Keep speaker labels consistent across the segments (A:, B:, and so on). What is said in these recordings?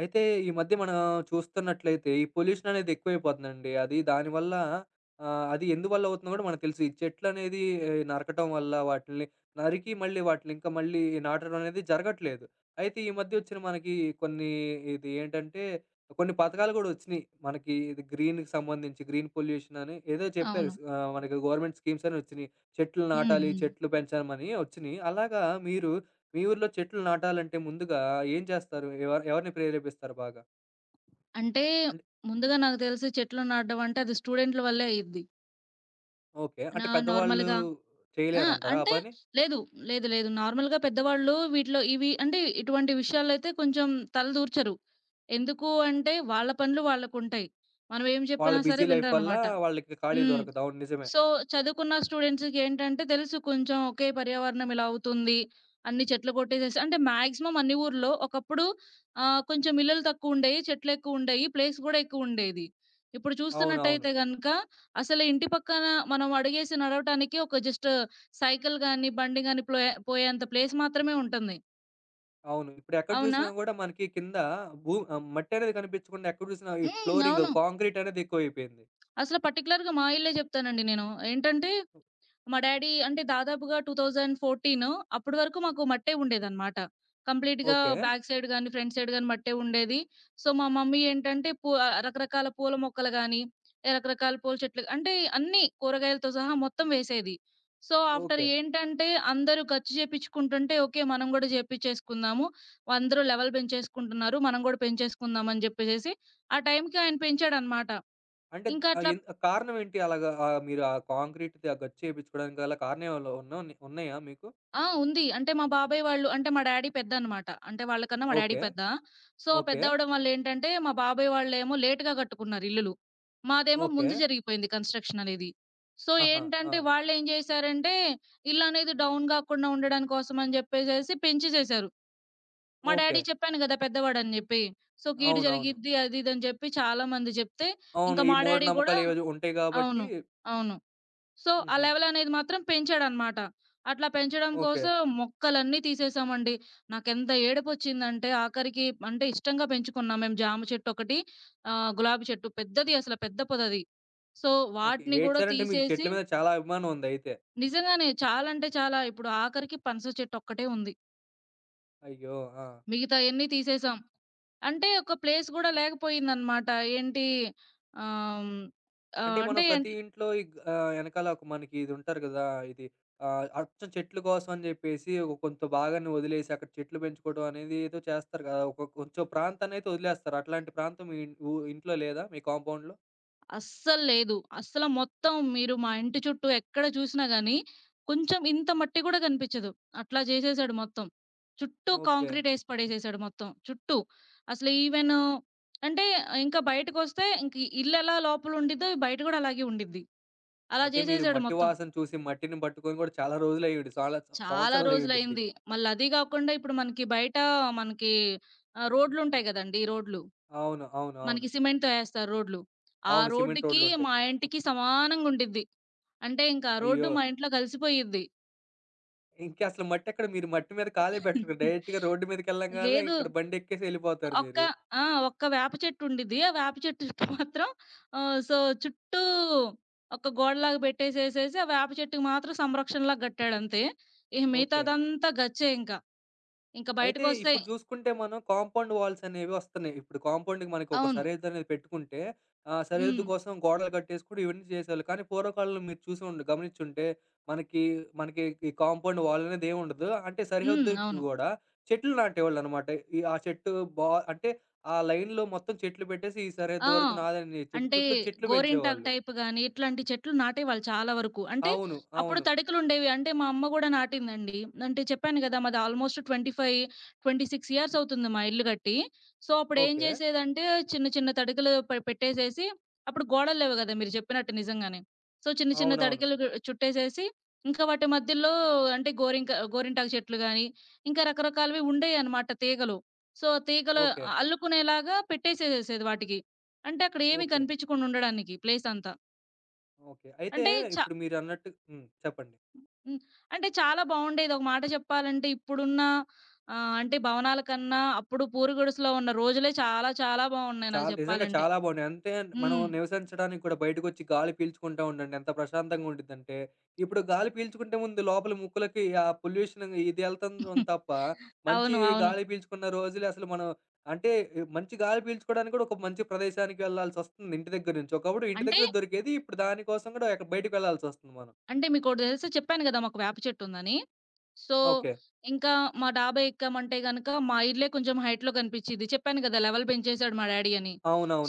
A: అయితే ఈ మధ్య మనం చూస్తున్నట్లయితే ఈ పొల్యూషన్ అనేది ఎక్కువైపోతుందండి. అది దానివల్ల అది ఎందువల్ల అవుతుందో గూడా మనకు తెలుసు. ఈ చెట్లనేది నరకటం వల్ల వాటిల్ని నరికి మళ్ళీ వాటిని ఇంకా మళ్ళీ నాటడం అనేది జరగట్లేదు. అయితే ఈ మధ్య వచ్చిన మనకి కొన్ని ఇది ఏంటంటే కొన్ని పథకాలు గూడా వచ్చినియి. మనకి ఇది గ్రీన్‌కి సంబంధించి గ్రీన్ పొల్యూషన్ అని ఏదో చెప్పారు.
B: అవును.
A: మనకి గవర్నమెంట్ స్కీమ్స్ అని వచ్చినియి. చెట్లు
B: హ్మ్.
A: నాటాలి,
B: హ్మ్.
A: చెట్లు పెంచమని వచ్చినియి. అలాగా మీరు మీ ఊర్లో చెట్లు నాటాలంటే ముందుగా ఏం చేస్తారు? ఎవరు ఎవరిని ప్రేరేపిస్తారు బాగా?
B: అంటే
A: అంటే
B: ముందుగా నాకు తెలిసి చెట్లు నాటడం అంటే అది స్టూడెంట్‌ల వల్లే అయ్యిద్ది.
A: ఓకే.
B: నా
A: అంటే పెద్దవాళ్ళు
B: నార్మల్‌గా ఆ!
A: చేయలేరంటారా ఆ
B: అంటే
A: పని?
B: లేదు. లేదు. లేదు. నార్మల్‌గా పెద్దవాళ్ళు వీటిలో ఇవి అంటే ఇటువంటి విషయాలైతే కొంచెం తలదూర్చరు. ఎందుకు అంటే వాళ్ళ పనులు వాళ్ళకుంటాయి. మనం ఏం
A: వాళ్ళ
B: చెప్పినా సరే
A: బిజీ లైఫ్ వల్ల
B: వినరనమాట.
A: వాళ్ళకి ఖాళీ
B: హ్మ్.
A: దొరకదు. అవును, నిజమే.
B: సో, చదువుకున్న స్టూడెంట్స్‌కేంటంటే తెలుసు కొంచెం ఓకే. పర్యావరణం ఇలా అవుతుంది. అన్ని చెట్లు కొట్టేసేసి అంటే మాక్సిమం అన్ని ఊర్లో ఒకప్పుడు కొంచెం ఇల్లులు తక్కువుండేయి. చెట్లెక్కువుండేయి. ప్లేస్ గూడా ఎక్కువుండేది. ఇప్పుడు
A: అవునవును. అవును.
B: చూస్తున్నట్టయితే గనక అసలు ఇంటి పక్కన మనం అడుగేసి నడవటానికి ఒక జస్ట్ సైకిల్ గాని, బండి గాని ప్లోయె పోయేంత ప్లేస్ మాత్రమే ఉంటుంది.
A: అవును, ఇప్పుడు ఎక్కడ
B: అవునా?
A: చూసినా గూడా మనకి కింద మట్టి అనేది కనిపించకుండా ఎక్కడ చూసినా ఈ
B: హ్మ్.
A: ఫ్లోరింగ్
B: అవును.
A: కాంక్రీట్ అనేది ఎక్కువైపోయింది.
B: అసలు పర్టిక్యులర్‌గా మా ఇల్లే జెప్తానండి నేను. ఏంటంటే మా డ్యాడీ అంటే దాదాపుగా 2014 అప్పటి వరకు మాకు మట్టే ఉండేదనమాట. కంప్లీట్‌గా
A: ఓకే.
B: బ్యాక్ సైడ్ గాని, ఫ్రంట్ సైడ్ గాని మట్టే ఉండేది. సో, మా మమ్మీ ఏంటంటే రకరకాల పూల మొక్కలు గాని, రకరకాల పూల చెట్లు గా- అంటే అన్నీ కూరగాయలతో సహా మొత్తం వేసేది. So, after
A: okay.
B: ఏంటంటే అందరూ ఖర్చు చేపించుకుంటుంటే ఓకే. మనం గూడా చేపించేసుకుందాము. అందరూ లెవెల్ పెంచేసుకుంటున్నారు. మనం గూడా పెంచేసుకుందాం అని జెప్పేసేసి ఆ టైంకి ఆయన పెంచాడనమాట.
A: అంటే
B: ఇంకా
A: ఆహ్,
B: అట్లా
A: ఎన్ ఆ కారణం ఏంటి? అలాగా మీరు ఆ కాంక్రీట్‌ది ఆ గచ్చు ఏపించుకోవడానికి గల కారణం ఏమైనా ఉన్నాయా మీకు?
B: ఆ! ఉంది. అంటే మా బాబాయ్ వాళ్ళు అంటే మా డ్యాడీ పెద్దన్నమాట. అంటే వాళ్ళకన్నా మా డ్యాడీ
A: ఓకే.
B: పెద్ద. So,
A: okay.
B: పెద్దవ్వడం వల్లేంటంటే మా బాబాయ్ వాళ్ళేమో లేట్‌గా కట్టుకున్నారు ఇల్లులు. మాదేమో
A: ఓకే.
B: ముందు జరిగిపోయింది కన్‌స్ట్రక్షన్ అనేది. సో,
A: ఆహా! ఆ!
B: ఏంటంటే వాళ్ళేం జేశారంటే ఇల్లనేది డౌన్ గాకుండా ఉండడం కోసం అని జెప్పేసేసి పెంచేసేసారు. మా
A: ఓకే.
B: డ్యాడీ చెప్పాను గదా! పెద్దవాడని జెప్పి. సో, కీడు
A: అవునవును.
B: జరిగిద్ది అది ఇది అని జెప్పి చాలా మంది జెప్తే
A: అవును.
B: ఇంకా
A: ఈ
B: మా డ్యాడీ గూడా
A: మూఢనమ్మకాలు ఏవేవో ఉంటాయి గాబట్టి
B: అవును. అవును. సో, ఆ
A: హుహు.
B: లెవెలనేది మాత్రం పెంచాడనమాట. అట్లా పెంచడం
A: ఓకే.
B: కోసం మొక్కలన్నీ తీసేసామండి. నాకెంత ఏడుపొచ్చిందంటే ఆఖరికి అంటే ఇష్టంగా పెంచుకున్నాం మేము జామ చెట్టొకటి, గులాబీ చెట్టు పెద్దది అసల పెద్ద పొదది. So,
A: okay.
B: వాటిని గూడా
A: ఏడ్చారంటే మీకు
B: తీసేసి
A: చెట్ల మీద చాలా అభిమానం ఉందయితే.
B: నిజంగానే చాలా అంటే చాలా ఇప్పుడు ఆఖరికి పనస చెట్టొక్కటే ఉంది.
A: అయ్యో! ఆ!
B: మిగతాయన్నీ తీసేసాం. అంటే ఒక ప్లేస్ గూడా లేకపోయిందనమాట. ఏంటి ఆహ్, హ్మ్, ఆహ్,
A: అంటే
B: అంటే
A: మనం ప్రతి ఇంట్లో ఈ ఎనకాల ఒక మనకి ఇది ఉంటారు గదా! ఇది అచ్చం చెట్ల కోసం అని జెప్పేసి ఒక కొంత భాగాన్ని వదిలేసి అక్కడ చెట్లు పెంచుకోవడం అనేది ఏదో చేస్తారు గదా! ఒక కొంచెం ప్రాంతాన్నయితే వదిలేస్తారు. అట్లాంటి ప్రాంతం మీ ఇన్ ఊ ఇంట్లో లేదా? మీ కాంపౌండ్‌లో?
B: అస్సలు లేదు. అస్సల మొత్తం మీరు మా ఇంటి చుట్టూ ఎక్కడ చూసినా గాని, కొంచెం ఇంత మట్టి గూడా కనిపిచ్చదు. అట్లా జేసేసాడు మొత్తం. చుట్టూ
A: ఓకే.
B: కాంక్రీట్ ఏసి పడేసేసాడు మొత్తం. చుట్టూ. అసలు ఈవెన్ అంటే ఇంకా బయటకొస్తే ఇంక ఇల్లెలా లోపల ఉండిద్దో బయట గూడా అలాగే ఉండిద్ది. అలా
A: అయితే మీరు
B: జేసేసాడు
A: మట్టి
B: మొత్తం.
A: వాసన చూసి మట్టిని పట్టుకొని గూడా చాలా రోజులయ్యుండి. చాలా
B: చాలా
A: సంవత్సరాలయ్యుండిద్ది.
B: రోజులయింది. మళ్ళీ అది గాకుండా ఇప్పుడు మనకి బయట మనకి రోడ్లుంటాయి గదండీ! రోడ్లు.
A: అవును. అవును. అవును.
B: మనకి సిమెంట్‌తో ఏస్తారు రోడ్లు. ఆ
A: అవును. సిమెంట్
B: రోడ్డుకి
A: రోడ్‌లుంటాయి.
B: మా ఇంటికి సమానంగుండిద్ది. అంటే ఇంకా రోడ్డు
A: అయ్యో!
B: మా ఇంట్లో కలిసిపోయిద్ది.
A: ఇంకసలు మట్టెక్కడ, మీరు మట్టి మీద కాలే బెట్టరు. డైరెక్ట్‌గా రోడ్డు మీదకెళ్ళంగాల్నే
B: లేదు
A: ఇక్కడ బండెక్కేసి ఎళ్ళిపోతారు
B: ఒక్క
A: మీరు.
B: ఆ! ఒక్క వేప చెట్టు ఉండిద్ది. ఆ వేప చెట్టు చుట్టూ మాత్రం ఆహ్, సో, చుట్టూ ఒక గోడలాగా పెట్టేసేసేసి, ఆ వేప చెట్టుకి మాత్రం సంరక్షణలాగా కట్టాడంతే. ఇక
A: ఓకే.
B: మిగతాదంతా గచ్చే ఇంకా. ఇంకా
A: అయితే
B: బయటకొస్తే
A: ఇప్పుడు చూసుకుంటే మనం కాంపౌండ్ వాల్స్ అనేవి వస్తున్నాయి. ఇప్పుడు కాంపౌండ్‌కి మనకి ఒక
B: అవును.
A: సరిహద్దు అనేది పెట్టుకుంటే, ఆ సరిహద్దు
B: హ్మ్.
A: కోసం గోడలు కట్టేసుకొని ఇవన్నీ చేసేవాళ్ళు. కానీ పూర్వకాలంలో మీరు చూసి ఉండ గమనించుంటే మనకి, మనకి ఈ కాంపౌండ్ వాల్ అనేది ఏమి ఉండదు. అంటే
B: హ్మ్.
A: సరిహద్దుకి
B: అవును.
A: కూడా చెట్లు నాటేవాళ్ళనమాట. ఈ ఆ చెట్టు బా అంటే ఆ లైన్‌లో మొత్తం చెట్లు పెట్టేసి ఈ
B: ఆ!
A: సరిహద్దు వరకు నాదని చెప్పి
B: అంటే
A: చుట్టూ చెట్లు
B: గోరింటాకు
A: పెంచేవాళ్ళు.
B: టైప్ గాని, ఇట్లాంటి చెట్లు నాటేవాళ్ళు చాలా వరకు. అంటే
A: అవును.
B: అప్పుడు
A: అవును.
B: తడికలుండేవి. అంటే మా అమ్మ గూడా నాటిందండి. అంటే చెప్పాను గదా! మాది ఆల్‌మోస్ట్ 25, 26 ఇయర్స్ అవుతుంది మా ఇల్లు కట్టి. సో, అప్పుడేం
A: ఓకే.
B: జేసేదంటే చిన్న చిన్న తడికలు పెట్టేసేసి అప్పుడు గోడలు లేవు గదా! మీరు చెప్పినట్టు నిజంగానే. సో, చిన్న చిన్న
A: అవునవును.
B: తడికలు చుట్టేసేసి ఇంకా వాటి మధ్యలో అంటే గోరింటాకు చెట్లు గాని, ఇంకా రకరకాలవి ఉండేయన్నమాట తీగలు. సో, తీగలు
A: ఓకే.
B: అల్లుకునేలాగా పెట్టేసేసేసేది వాటికి. అంటే అక్కడేమి
A: ఓకే.
B: కనిపించకుండా ఉండడానికి ప్లేస్ అంతా.
A: ఓకే. అయితే
B: అంటే చ
A: ఇప్పుడు మీరన్నట్టు హ్మ్. చెప్పండి.
B: హ్మ్. అంటే చాలా బావుండేది. ఒక మాట చెప్పాలంటే ఇప్పుడున్న అంటే భవనాల కన్నా అప్పుడు పూరిగుడిసెలో ఉన్న రోజులే చాలా చాలా బావున్నాయి నాకు
A: చాలా నిజంగా
B: చెప్పాలంటే.
A: చాలా బాగున్నాయి. అంటే మనం
B: హ్మ్.
A: నివసించడానికి కూడా బయటకొచ్చి గాలి పీల్చుకుంటా ఉండండి. ఎంత ప్రశాంతంగా ఉండిద్దంటే, ఇప్పుడు గాలి పీల్చుకుంటే ముందు లోపల ముక్కులకి ఆ పొల్యూషన్ ఇది ఎళ్తంది తప్ప, మంచి
B: అవును. అవును.
A: గాలి పీల్చుకున్న రోజులు అసలు మనం అంటే ఈ మంచి గాలి పీల్చుకోవడానికి కూడా ఒక మంచి ప్రదేశానికి వెళ్ళాల్సొస్తుంది ఇంటి దగ్గర నుంచి. ఒకప్పుడు ఇంటి
B: అంటే
A: దగ్గర దొరికేది ఇప్పుడు దాని కోసం కూడా ఎక్కడ బయటకి వెళ్ళాల్సొస్తుంది మనం.
B: అంటే మీకోటి తెలుసా? చెప్పాను గదా! మాకు వేప చెట్టుందని. So,
A: okay.
B: ఇంకా మా డాబా ఎక్కామంటే గనక మా ఇల్లే కొంచెం హైట్‌లో కనిపిచ్చిద్ది. చెప్పాను గదా! లెవెల్ పెంచేసాడు మా డ్యాడీ అని.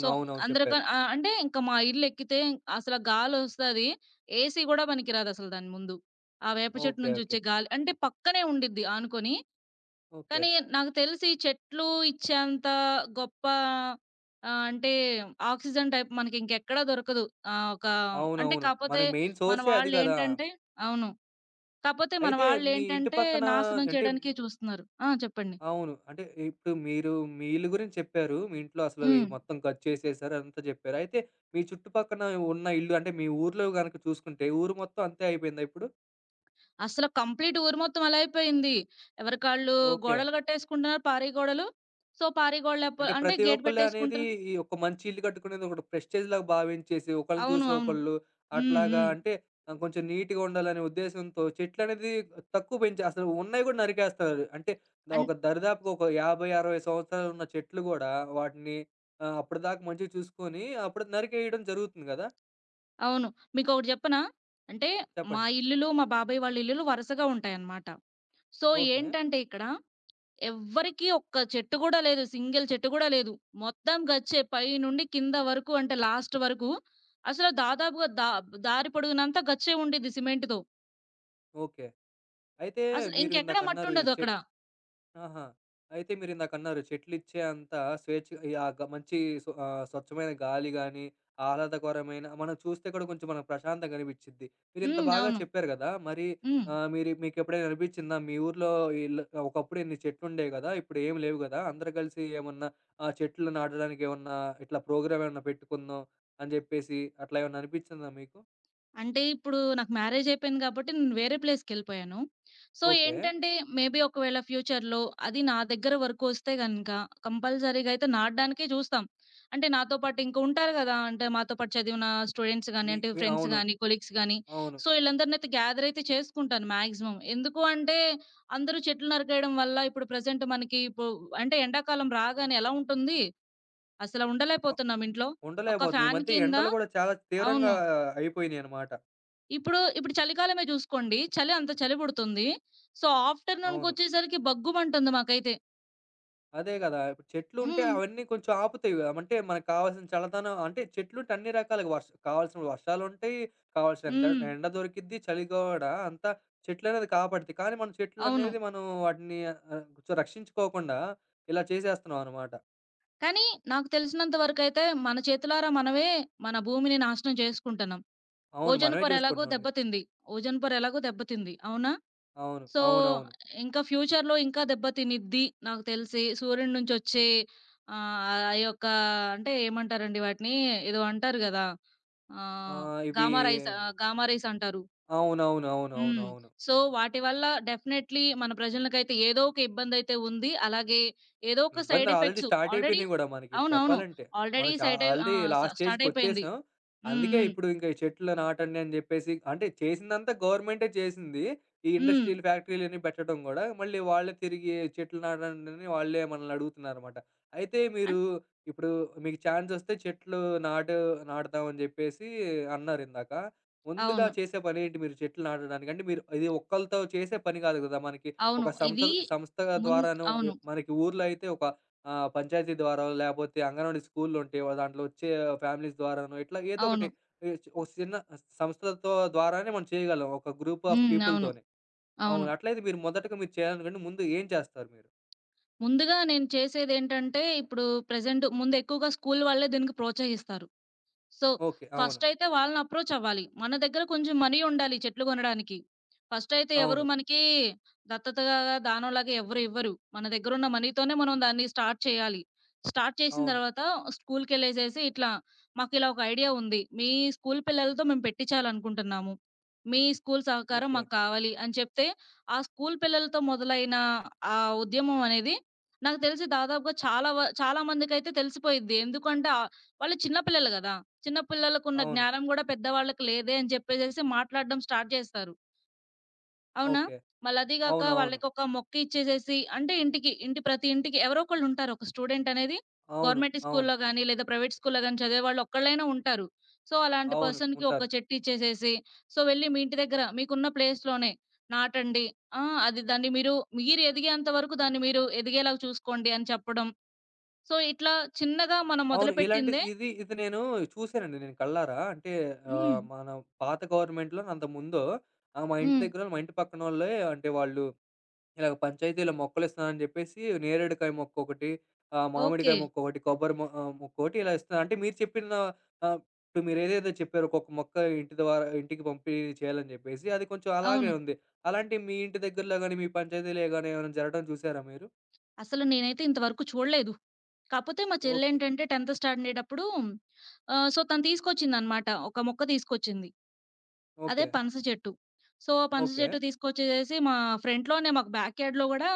B: సో,
A: అవునవును. చెప్పారు.
B: అంటే ఇంక మా ఇల్లెక్కితే అసల గాలొస్తది. ఏసీ గూడా పనికిరాదసలు దాని ముందు. ఆ వేప చెట్టు
A: ఓకే. ఓకే.
B: నుంచొచ్చే గాలి. అంటే పక్కనే ఉండిద్ది ఆనుకొని.
A: ఓకే.
B: కానీ నాకు తెలిసి చెట్లు ఇచ్చేంత గొప్ప ఆహ్, అంటే ఆక్సిజన్ టైప్ మనకి ఇంకెక్కడా దొరకదు. ఆహ్, ఒక అంటే
A: అవునవును.
B: కాపోతే
A: మనకి మెయిన్
B: మన
A: సోర్సే అది గదా!
B: వాళ్ళేంటంటే అవును. కాపోతే మన
A: అయితే మీ ఇంటి
B: వాళ్ళేంటంటే
A: పక్కన
B: నాశనం
A: అంటే
B: చేయడానికే చూస్తున్నారు. ఆ! చెప్పండి.
A: అవును. అంటే ఇప్పుడు మీరు మీ ఇల్లు గురించి చెప్పారు. మీ ఇంట్లో అసలు ఈ
B: హ్మ్.
A: మొత్తం ఖర్చు చేసేసారు అదంతా చెప్పారు. అయితే మీ చుట్టుపక్కన ఉన్న ఇల్లు అంటే మీ ఊర్లో గనక చూసుకుంటే ఊరు మొత్తం అంతే అయిపోయిందా ఇప్పుడు?
B: అసల కంప్లీట్ ఊరు మొత్తం అలా అయిపోయింది. ఎవరికాళ్ళు
A: ఓకే.
B: గోడలు కట్టేసుకుంటున్నారు పారి గోడలు. సో, పారి గోడలెప్ప
A: అంటే
B: అంటే
A: ప్రతి
B: గేట్
A: ఒక్కళ్ళు అనేది
B: పెట్టేసుకుంటున్నారు.
A: ఈ ఒక మంచి ఇల్లు కట్టుకునేది ఒకటి ప్రెస్టేజ్‌లాగా భావించేసి, ఒకళ్ళని
B: అవును.
A: చూసి
B: అవును.
A: ఒకళ్ళు
B: హ్మ్.
A: అట్లాగా
B: హ్మ్.
A: అంటే కొంచెం నీట్‌గా ఉండాలనే ఉద్దేశంతో చెట్లనేది తక్కువ పెంచి అసలు ఉన్నయి గూడా నరికేస్తారు. అంటే
B: అన్
A: ఒక దరిదాపుగా ఒక 50, 60 సంవత్సరాలు ఉన్న చెట్లు గూడా వాటిని అప్పటిదాకా మంచిగా చూసుకొని అప్పుడు నరికేయడం జరుగుతుంది గదా!
B: అవును. మీకొకటి జెప్పనా? అంటే మా
A: చెప్పండి.
B: ఇల్లులు, మా బాబాయ్ వాళ్ళ ఇల్లులు వరుసగా ఉంటాయన్నమాట. So,
A: okay.
B: ఏంటంటే ఇక్కడ ఎవ్వరికీ ఒక్క చెట్టు గూడా లేదు. సింగిల్ చెట్టు గూడా లేదు. మొత్తం గచ్చే పైనుండి కింద వరకు అంటే లాస్ట్ వరకు అసలు దాదాపుగా దారి పొడుగునంతా గచ్చే ఉండిద్ది సిమెంట్‌తో.
A: ఓకే. అయితే
B: అసలు
A: మీరు
B: ఇంకెక్కడ
A: ఇందాకన్నారు ఈ
B: మట్టుండదు
A: చె
B: అక్కడ.
A: ఆహా! అయితే మీరిందాకన్నారు చెట్లిచ్చే అంత స్వేచ్ఛ ఈ ఆ గ మంచి స్వచ్ఛమైన గాలి గానీ, ఆహ్లాదకరమైన మనం చూస్తే కూడా కొంచెం మనకు ప్రశాంతంగా అనిపిచ్చిద్ది. మీరింత
B: హ్మ్.
A: బాగా
B: అవును.
A: చెప్పారు గదా! మరి
B: హ్మ్.
A: ఆహ్, మీరు మీకెప్పుడైనా అనిపిచ్చిందా? మీ ఊర్లో ఈళ్ళు ఒకప్పుడు ఇన్ని చెట్లుండేవి గదా! ఇప్పుడు ఏమి లేవు గదా! అందరూ కలిసి ఏమన్నా చెట్లు నాటడానికి ఏమన్నా ఇట్లా ప్రోగ్రామ్ ఏమన్నా పెట్టుకుందాం అని జెప్పేసి అట్లా ఏమన్నా అనిపిచ్చిందా మీకు?
B: అంటే ఇప్పుడు నాకు మ్యారేజ్ అయిపోయింది కాబట్టి నేను వేరే ప్లేస్‌కెళ్ళిపోయాను. So,
A: okay.
B: ఏంటంటే మేబీ ఒకవేళ ఫ్యూచర్‌లో అది నా దగ్గర వరకు వస్తే గనక కంపల్సరీగా అయితే నాటడానికే చూస్తాం. అంటే నాతో పాటు ఇంకా ఉంటారు గదా! అంటే మాతో పాటు చదివిన స్టూడెంట్స్ గాని,
A: మీ
B: అంటే
A: మీ
B: ఫ్రెండ్స్
A: అవును.
B: గాని, కొలీగ్స్ గాని,
A: అవును.
B: సో, ఈళ్ళందరిని అయితే గ్యాదర్ అయితే చేసుకుంటాను మాక్సిమం. ఎందుకు అంటే అందరూ చెట్లు నరికేయడం వల్ల ఇప్పుడు ప్రెజెంట్ మనకి ఇప్పుడు అంటే ఎండాకాలం రాగానే ఎలా ఉంటుంది? అసలు
A: అ
B: ఉండలేకపోతున్నాం ఇంట్లో. ఒక
A: ఉండలేకపోతున్నాం. ఈ
B: ఫ్యాన్
A: మధ్య
B: కింద
A: ఎండలు గూడా చాలా తీవ్రంగా
B: అవును.
A: అయిపోయినియనమాట.
B: ఇప్పుడు చలికాలమే జూసుకోండి. చలి అంత చలి పుడుతుంది. సో,
A: అవును.
B: ఆఫ్టర్‌నూన్‌కొచ్చేసరికి భగ్గుమంటుంది మాకైతే.
A: అదే గదా! ఇప్పుడు చెట్లుంటే
B: హ్మ్.
A: అవన్నీ కొంచెం ఆపుతాయి గదా! అంటే మనకు కావాల్సిన చల్లదనం అంటే చెట్లుంటే అన్ని రకాలుగా కావాల్సిన వర్షాలుంటాయి, కావాల్సిన ఎండ
B: హ్మ్.
A: ఎండ దొరికిద్ది, చలి గూడా అంతా చెట్లనేది కాపాడుతాయి. కానీ మనం
B: అవును.
A: చెట్లనేది మనం వాటిని కొంచెం రక్షించుకోకుండా ఇలా చేసేస్తున్నాం అనమాట.
B: కానీ నాకు తెలిసినంత వరకైతే మన చేతులారా మనమే మన భూమిని నాశనం చేసుకుంటున్నాం.
A: అవును.
B: ఓజోన్
A: మనమే
B: పొర ఎలాగో
A: జేసుకుంటున్నామండి.
B: దెబ్బతింది. ఓజోన్ పొర ఎలాగో దెబ్బతింది. అవునా?
A: అవును.
B: సో,
A: అవునవును.
B: ఇంకా ఫ్యూచర్‌లో ఇంకా దెబ్బతినిద్ది నాకు తెలిసి. సూర్యుడి నుంచొచ్చే ఆహ్, ఆ ఆ యొక్క అంటే ఏమంటారండి వాటిని? ఏదో అంటారు గదా!
A: ఆ!
B: ఆహ్,
A: ఇవి
B: గామా రైస్ అంటారు.
A: అవునవును.
B: హ్మ్.
A: అవునవునవును.
B: సో, వాటి వల్ల డెఫినైట్‌లీ మన ప్రజలకైతే ఏదో ఒక ఇబ్బందైతే ఉంది. అలాగే ఏదో ఒక సైడ్
A: ఇబ్బందులు ఆల్రెడీ
B: ఎఫెక్ట్స్
A: స్టార్ట్
B: ఆల్రెడీ
A: అయిపోయినాయి గూడా మనకి
B: అవునవును.
A: చెప్పాలంటే.
B: ఆల్రెడీ
A: మనం చా
B: సైడ్ ఎ
A: ఆల్రెడీ
B: ఆహ్, స
A: లాస్ట్
B: స్టార్ట్ అయిపోయింది.
A: స్టేజ్‌కొచ్చేసాం.
B: హ్మ్.
A: అందుకే
B: హ్మ్.
A: ఇప్పుడు ఇంక ఈ చెట్లు నాటండి అని జెప్పేసి అంటే చేసిందంతా గవర్నమెంటే చేసింది. ఈ
B: హ్మ్.
A: ఇండస్ట్రియల్ ఫ్యాక్టరీలన్నీ పెట్టడం గూడా మళ్ళీ వాళ్ళే తిరిగి చెట్లు నాటండని వాళ్ళే మనల్ని అడుగుతున్నారనమాట. అయితే మీరు
B: అన్
A: ఇప్పుడు మీకు ఛాన్సొస్తే చెట్లు నాటు నాటుదాం అని జెప్పేసి అన్నారిందాక. ముందుగా
B: అవును.
A: చేసే పనేంటి మీరు చెట్లు నాటడానికి? అంటే మీరు ఇది ఒక్కళ్ళతో చేసే పని గాదు గదా! మనకి
B: అవును.
A: ఒక సంస్థ
B: ఇది
A: సంస్థ
B: మున్
A: ద్వారానో
B: అవును.
A: మనకి ఊర్లో అయితే ఒక పంచాయతీ ద్వారానో లేపోతే అంగన్వాడీ స్కూల్‌లు ఉంటాయి. దాంట్లో వచ్చే ఫ్యామిలీస్ ద్వారానో ఇట్లా ఏదో ఒకటి
B: అవును.
A: ఒక చిన్న సంస్థలతో ద్వారానే మనం చేయగలం. ఒక గ్రూప్ ఆఫ్
B: హ్మ్. అవును.
A: పీపుల్‌తోనే.
B: అవును.
A: అవును. అట్లయితే మీరు మొదటగా మీరు చేయాలనుకుంటే ముందు ఏం చేస్తారు మీరు?
B: ముందుగా నేను చేసేదేంటంటే ఇప్పుడు ప్రెజెంట్ ముందు ఎక్కువగా స్కూల్ వాళ్ళే దీనికి ప్రోత్సహిస్తారు. So,
A: okay. అవును.
B: ఫస్టయితే వాళ్ళని అప్రోచ్ అవ్వాలి. మన దగ్గర కొంచెం మనీ ఉండాలి చెట్లు కొనడానికి. ఫస్టయితే ఎవరు
A: అవును.
B: మనకి దత్తతగా, దానంలాగా ఎవ్వరు ఇవ్వరు. మన దగ్గరున్న మనీతోనే మనం దాన్ని స్టార్ట్ చేయాలి. స్టార్ట్ చేసిన
A: అవును.
B: తర్వాత స్కూల్‌కెళ్ళేసేసి ఇట్లా, "మాకిలా ఒక ఐడియా ఉంది. మీ స్కూల్ పిల్లలతో మేము పెట్టిచ్చాలనుకుంటున్నాము. మీ స్కూల్ సహకారం
A: ఓకే.
B: మాకు కావాలి" అని చెప్తే, ఆ స్కూల్ పిల్లలతో మొదలైన ఆ ఉద్యమం అనేది నాకు తెలిసి దాదాపుగా చాలా మందికైతే తెలిసిపోయిద్ది. ఎందుకంటే వాళ్ళు చిన్న పిల్లలు గదా! చిన్న పిల్లలకున్న
A: అవును.
B: జ్ఞానం గూడా పెద్దవాళ్ళకి లేదే అని చెప్పేసేసి మాట్లాడడం స్టార్ట్ చేస్తారు. అవునా?
A: ఓకే.
B: మళ్ళదీ గాక
A: అవునవును.
B: వాళ్ళకొక మొక్క ఇచ్చేసేసి అంటే ఇంటికి, ఇంటి ప్రతి ఇంటికి ఎవరో ఒకళ్ళుంటారు. ఒక స్టూడెంట్ అనేది
A: అవును.
B: గవర్నమెంట్
A: అవును. అవును.
B: స్కూల్‌లో గానీ, లేదా ప్రైవేట్ స్కూల్‌లో గానీ చదివేవాళ్ళు ఒక్కళ్ళైనా ఉంటారు. సో, అలాంటి
A: అవును,
B: పర్సన్‌కి
A: ఉంటారు.
B: ఒక చెట్టు ఇచ్చేసేసి, సో, వెళ్ళి మీ ఇంటి దగ్గర మీకున్న ప్లేస్‌లోనే నాటండి. ఆ! అది దాన్ని మీరు ఎదిగేంత వరకు దాన్ని మీరు ఎదిగేలాగా చూసుకోండి అని చెప్పడం. సో, ఇట్లా చిన్నగా మనం
A: అవును. ఇలాంటి
B: మొదలుపెట్టిందే
A: ఇది ఇది నేను చూసానండి నేను కళ్ళారా. అంటే
B: హ్మ్.
A: మన పాత గవర్నమెంట్‌లోనే అంతకుముందో మా ఇంటి
B: హ్మ్.
A: దగ్గరోళ్ళు, మా ఇంటి పక్కనోళ్ళే అంటే వాళ్ళు ఇలాగ పంచాయతీలో మొక్కలిస్తున్నారని జెప్పేసి నేరేడుకాయ మొక్కొకటి,
B: ఓకే.
A: మామిడికాయ మొక్కొకటి, మొక్కొకటి ఇలా ఇస్తున్నారు. అంటే మీరు చెప్పిన ఆహ్, ఇప్పుడు మీరేదేదో చెప్పారో ఒక్కొక్క మొక్క ఇంటి ద్వారా ఇంటికి పంపిణీ చేయాలని జెప్పేసి, అది కొంచెం
B: అవును.
A: అలాగే ఉంది. అలాంటివి మీ ఇంటి దగ్గరలో గాని, మీ పంచాయతీలో గాని ఏమైనా జరగడం చూసారా మీరు?
B: అసలు నేనైతే ఇంతవరకు చూడలేదు. కాపోతే మా
A: ఓకే.
B: చెల్లేంటంటే 10థ్ స్టాండర్డప్పుడు తను తీసుకొచ్చిందనమాట. ఒక మొక్క తీసుకొచ్చింది. అదే
A: ఓకే.
B: పనస చెట్టు. సో, పనస
A: ఓకే.
B: చెట్టు తీసుకొచ్చేసేసి మా ఫ్రంట్‌లోనే మాకు బ్యాక్ యార్డ్‌లో గూడా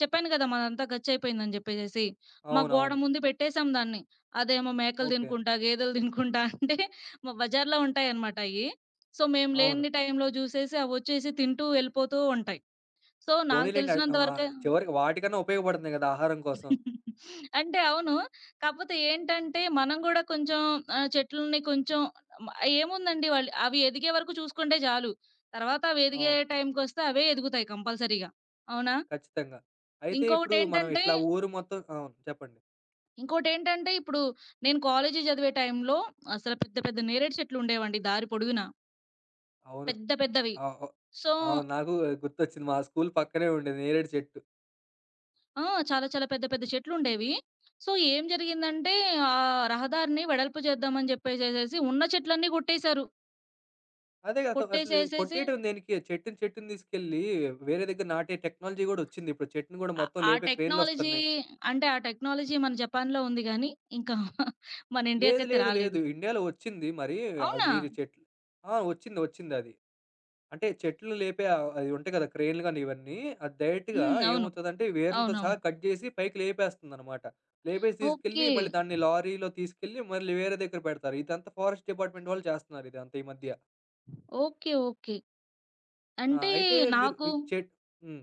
B: చెప్పాను గదా! మాదంతా గచ్చయిపోయిందని జెప్పేసేసి. మా గోడ
A: అవునవును.
B: ముందు పెట్టేసాం దాన్ని. అదేమో మేకలు
A: ఓకే.
B: తినుకుంటా, గేదెలు తినుకుంటా అంటే మా బజార్‌లో ఉంటాయనమాట అయ్యి. సో, మేము
A: అవును.
B: లేని టైంలో జూసేసి అవొచ్చేసి తింటూ వెళ్ళిపోతూ ఉంటాయి. సో, నాకు
A: పోనీలెండి.
B: తెలిసినంత వరకే
A: చివరికి వాటికన్నా ఉపయోగపడుతుంది గదా! ఆహారం కోసం.
B: అంటే అవును. కాపోతే ఏంటంటే, మనం గూడా కొంచెం చెట్లని కొంచెం మ ఏముందండి వాళ్ళు అవి ఎదిగే వరకు చూసుకుంటే చాలు. తర్వాత అవి ఎదిగే
A: అవును.
B: టైంకొస్తే అవే ఎదుగుతాయి కంపల్సరీగా. అవునా?
A: ఖచ్చితంగా. అయితే ఇప్పుడు మనం
B: ఇంకొకటేంటంటే
A: ఇట్లా ఊరు మొత్తం అవును. చెప్పండి.
B: ఇంకోటేంటంటే ఇప్పుడు నేను కాలేజీ చదివే టైంలో అసలు పెద్ద పెద్ద నేరేడు చెట్లుండేవండి దారి పొడుగునా.
A: అవును.
B: పెద్ద పెద్దవి.
A: ఓహ్!
B: సో
A: అవును. నాకు గుర్తొచ్చింది. మా స్కూల్ పక్కనే ఉండేది నేరేడు చెట్టు.
B: ఆ! చాలా చాలా పెద్ద పెద్ద చెట్లుండేవి. సో ఏం జరిగిందంటే, ఆ రహదారిని వెడల్పు చేద్దామని చెప్పేసేసేసి ఉన్న చెట్లన్నీ కొట్టేశారు.
A: అదే అసలు ఇది
B: కొట్టేసేసేసి
A: కొట్టేయటం దేనికి? చెట్టుని చెట్టుని తీసుకెళ్ళి వేరే దగ్గర నాటే టెక్నాలజీ గూడా ఒచ్చింది. ఇప్పుడు చెట్టుని గూడా
B: ఆహ్,
A: మొత్తం
B: ఆ
A: లేపే
B: టెక్నాలజీ
A: క్రేన్‌లొస్తున్నాయి.
B: అంటే, ఆ టెక్నాలజీ మన జపాన్‌లో ఉంది గానీ, ఇంకా మన
A: లేదు.
B: ఇండియాకైతే
A: లేదు.
B: రాలేదు.
A: లేదు. ఇండియాలో ఒచ్చింది. మరి ఆహ్,
B: అవునా?
A: మీరు చెట్లు ఆ! ఒచ్చింది. ఒచ్చిందది. అంటే చెట్లు లేపే ఆ అవి ఉంటాయి కదా! క్రేన్‌లు గాని ఇవన్నీ. అది డైరెక్ట్‌గా
B: హ్మ్. అవును.
A: ఏమవుతదంటే వేర్లతో సహా
B: అవునవును.
A: కట్ జేసి పైకి లేపేస్తుందనమాట. లేపేసి తీసుకెళ్ళి
B: ఓకే.
A: మళ్ళీ దాన్ని లారీలో తీసుకెళ్ళి మళ్ళీ వేరే దగ్గర పెడతారు. ఇదంతా ఫారెస్ట్ డిపార్ట్‌మెంట్ వాళ్ళు చేస్తున్నారు ఇదంతా ఈ మధ్య.
B: ఓకే. ఓకే.
A: ఆ!
B: అంటే
A: అయితే మీరు
B: నాకు
A: ఈ చెట్ హ్మ్.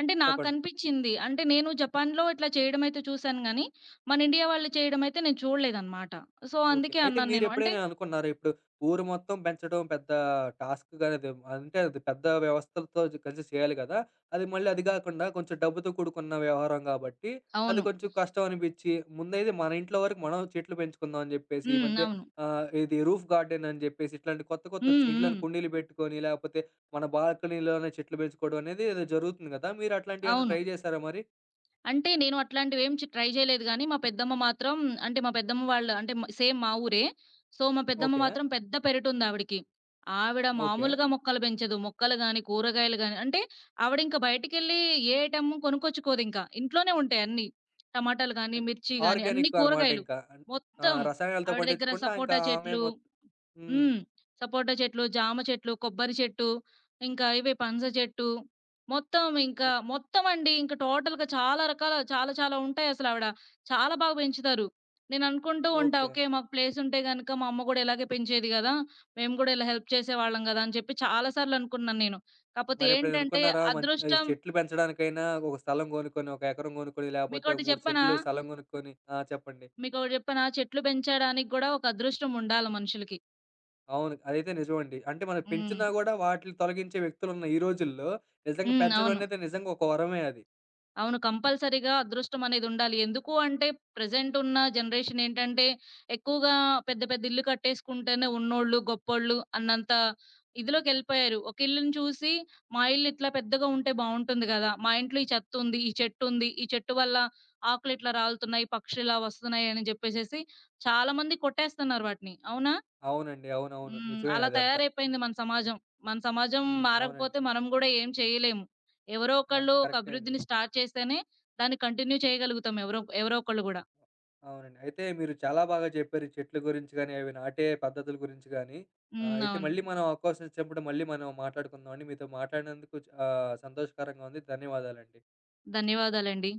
B: అంటే
A: చెప్పండి.
B: నాకనిపిచ్చింది. అంటే నేను జపాన్‌లో ఇట్లా చేయడమయితే చూసాను గానీ, మన ఇండియా వాళ్ళు చేయడమయితే నేను చూడలేదనమాట. So,
A: okay.
B: అందుకే
A: అయితే
B: అన్నాను నేను. అంటే
A: మీరెప్పుడైనా అనుకున్నారా? ఇప్పుడు ఊరు మొత్తం పెంచడం పెద్ద టాస్క్ గాదు. అంటే అది పెద్ద వ్యవస్థలతో జ కలిసి చేయాలి గదా! అది మళ్ళీ అది గాకుండా కొంచెం డబ్బుతో కూడుకున్న వ్యవహారం గాబట్టి, అది
B: అవును.
A: కొంచెం కష్టం అనిపిచ్చి, ముందైతే మన ఇంట్లో వరకు మనం చెట్లు పెంచుకుందాం అని జెప్పేసి, ఈ
B: హ్మ్.
A: మధ్య
B: అవును.
A: ఇది రూఫ్ గార్డెన్ అని జెప్పేసి ఇట్లాంటి కొత్త
B: హ్మ్.
A: కొత్తొచ్చినియి. ఇంట్లోనే
B: హ్మ్.
A: కుండీలు బెట్టుకొని, లేపోతే మన బాల్కనీలోనే చెట్లు బెంచుకోవడం అనేది ఏదో జరుగుతుంది గదా! మీరు అట్లాంటియేమన్నా
B: అవును.
A: ట్రై జేశారా మరి?
B: అంటే నేను అట్లాంటివేం ట్రై జేయలేదు గానీ, మా పెద్దమ్మ మాత్రం అంటే మా పెద్దమ్మ వాళ్ళు అంటే సేమ్ మా ఊరే. సో, మా పెద్దమ్మ
A: ఓకే.
B: మాత్రం పెద్ద పెరటుందావిడకి. ఆవిడ
A: ఓకే.
B: మామూలుగా మొక్కలు పెంచదు. మొక్కలు గాని, కూరగాయలు గాని అంటే ఆవిడింక బయటికెళ్ళి ఏ ఐటెము కొనుక్కొచ్చుకోదింక. ఇంట్లోనే ఉంటాయి అన్నీ. టమాటాలు గాని,
A: అంటే
B: మిర్చి గాని అన్ని
A: ఆర్గానిక్ అనమాట
B: కూరగాయలు.
A: ఇంకా. అన్ ఆ!
B: మొత్తం
A: రసాయనాలతో
B: ఆవిడ దగ్గర
A: పండించకుండా ఇంకా
B: సపోటా
A: ఆమె
B: చెట్లు
A: మొత్ హ్మ్.
B: హ్మ్. సపోటా చెట్లు, జామ చెట్లు, కొబ్బరి చెట్టు, ఇంకా ఇవి పనస చెట్టు, మొత్తం ఇంకా
A: ఓ
B: మొత్తం అండి. ఇంకా టోటల్‌గా చాలా రకాల చాలా చాలా ఉంటాయసల ఆవిడ. చాలా బాగా పెంచుతారు. నేననుకుంటూ ఉంటా,
A: ఓకే.
B: ఓకే. మాకు ప్లేస్ ఉంటే గనక మా అమ్మ గూడా ఇలాగే పెంచేది గదా! మేము గూడా ఇలా హెల్ప్ చేసేవాళ్ళం గదా! అని చెప్పి చాలా సార్లు అనుకున్నాను నేను. కాపోతే
A: మరెప్పుడైనా
B: ఏంటంటే
A: అనుకున్నారా? ఈ
B: అదృష్టం
A: చెట్లు పెంచడానికైనా ఒక స్థలం కొనుక్కొని, ఒక ఎకరం కొనుక్కొని, లేపోతే
B: మీకోటి
A: ఒక 3
B: చెప్పనా?
A: చెట్లు స్థలం కొనుక్కొని ఆ! చెప్పండి.
B: చెట్లు పెంచడానికి గూడా ఒక అదృష్టం ఉండాల మనుషులకి.
A: అవును. అదైతే నిజమండి. అంటే మనం
B: హ్మ్.
A: పెంచినా గూడా వాటిలిని తొలగించే వ్యక్తులున్న ఈ రోజుల్లో నిజంగా
B: హ్మ్.
A: పెంచడం
B: అవును.
A: అనేది నిజంగా ఒక వరమే అది.
B: అవును. కంపల్సరీగా అదృష్టం అనేదుండాలి. ఎందుకు అంటే ప్రెజెంట్ ఉన్న జనరేషన్ ఏంటంటే ఎక్కువగా పెద్ద పెద్ద ఇల్లు కట్టేసుకుంటేనే ఉన్నోళ్ళు, గొప్పోళ్ళు అన్నంత ఇదిలోకెళ్ళిపోయారు. ఒక ఇల్లుని చూసి మా ఇల్లు ఇట్లా పెద్దగా ఉంటే బావుంటుంది గదా! మా ఇంట్లో ఈ చెత్తుంది, ఈ చెట్టుంది, ఈ చెట్టు వల్ల ఆకులిట్లా రాలుతున్నాయి, పక్షులిలా వస్తున్నాయి అని జెప్పేసేసి చాలామంది కొట్టేస్తున్నారు వాటిని. అవునా?
A: అవునండి. అవునవును.
B: హ్మ్.
A: నిజమే
B: అలా
A: అదంతా.
B: తయారైపోయింది మన సమాజం. మన సమాజం
A: హ్మ్. అవునండి.
B: మారకపోతే మనం గూడా ఏం చేయలేము. ఎవరో ఒకళ్ళు
A: అంత్
B: ఒక
A: కరెక్టే అండి.
B: అభివృద్ధిని స్టార్ట్ చేస్తేనే దాన్ని కంటిన్యూ చేయగలుగుతాం ఎవరో ఎవరో ఒకళ్ళు గూడా.
A: అవునండి. అయితే మీరు చాలా బాగా చెప్పారు. ఈ చెట్ల గురించి గానీ, అవి నాటే పద్ధతుల గురించి గానీ.
B: హ్మ్.
A: అయితే
B: అవును.
A: మళ్ళీ మనం అవకాశం ఇచ్చినప్పుడు మళ్ళీ మనం మాట్లాడుకుందామండి. మీతో మాట్లాడినందుకు సంతోషకరంగా ఉంది. ధన్యవాదాలండి.
B: ధన్యవాదాలండి.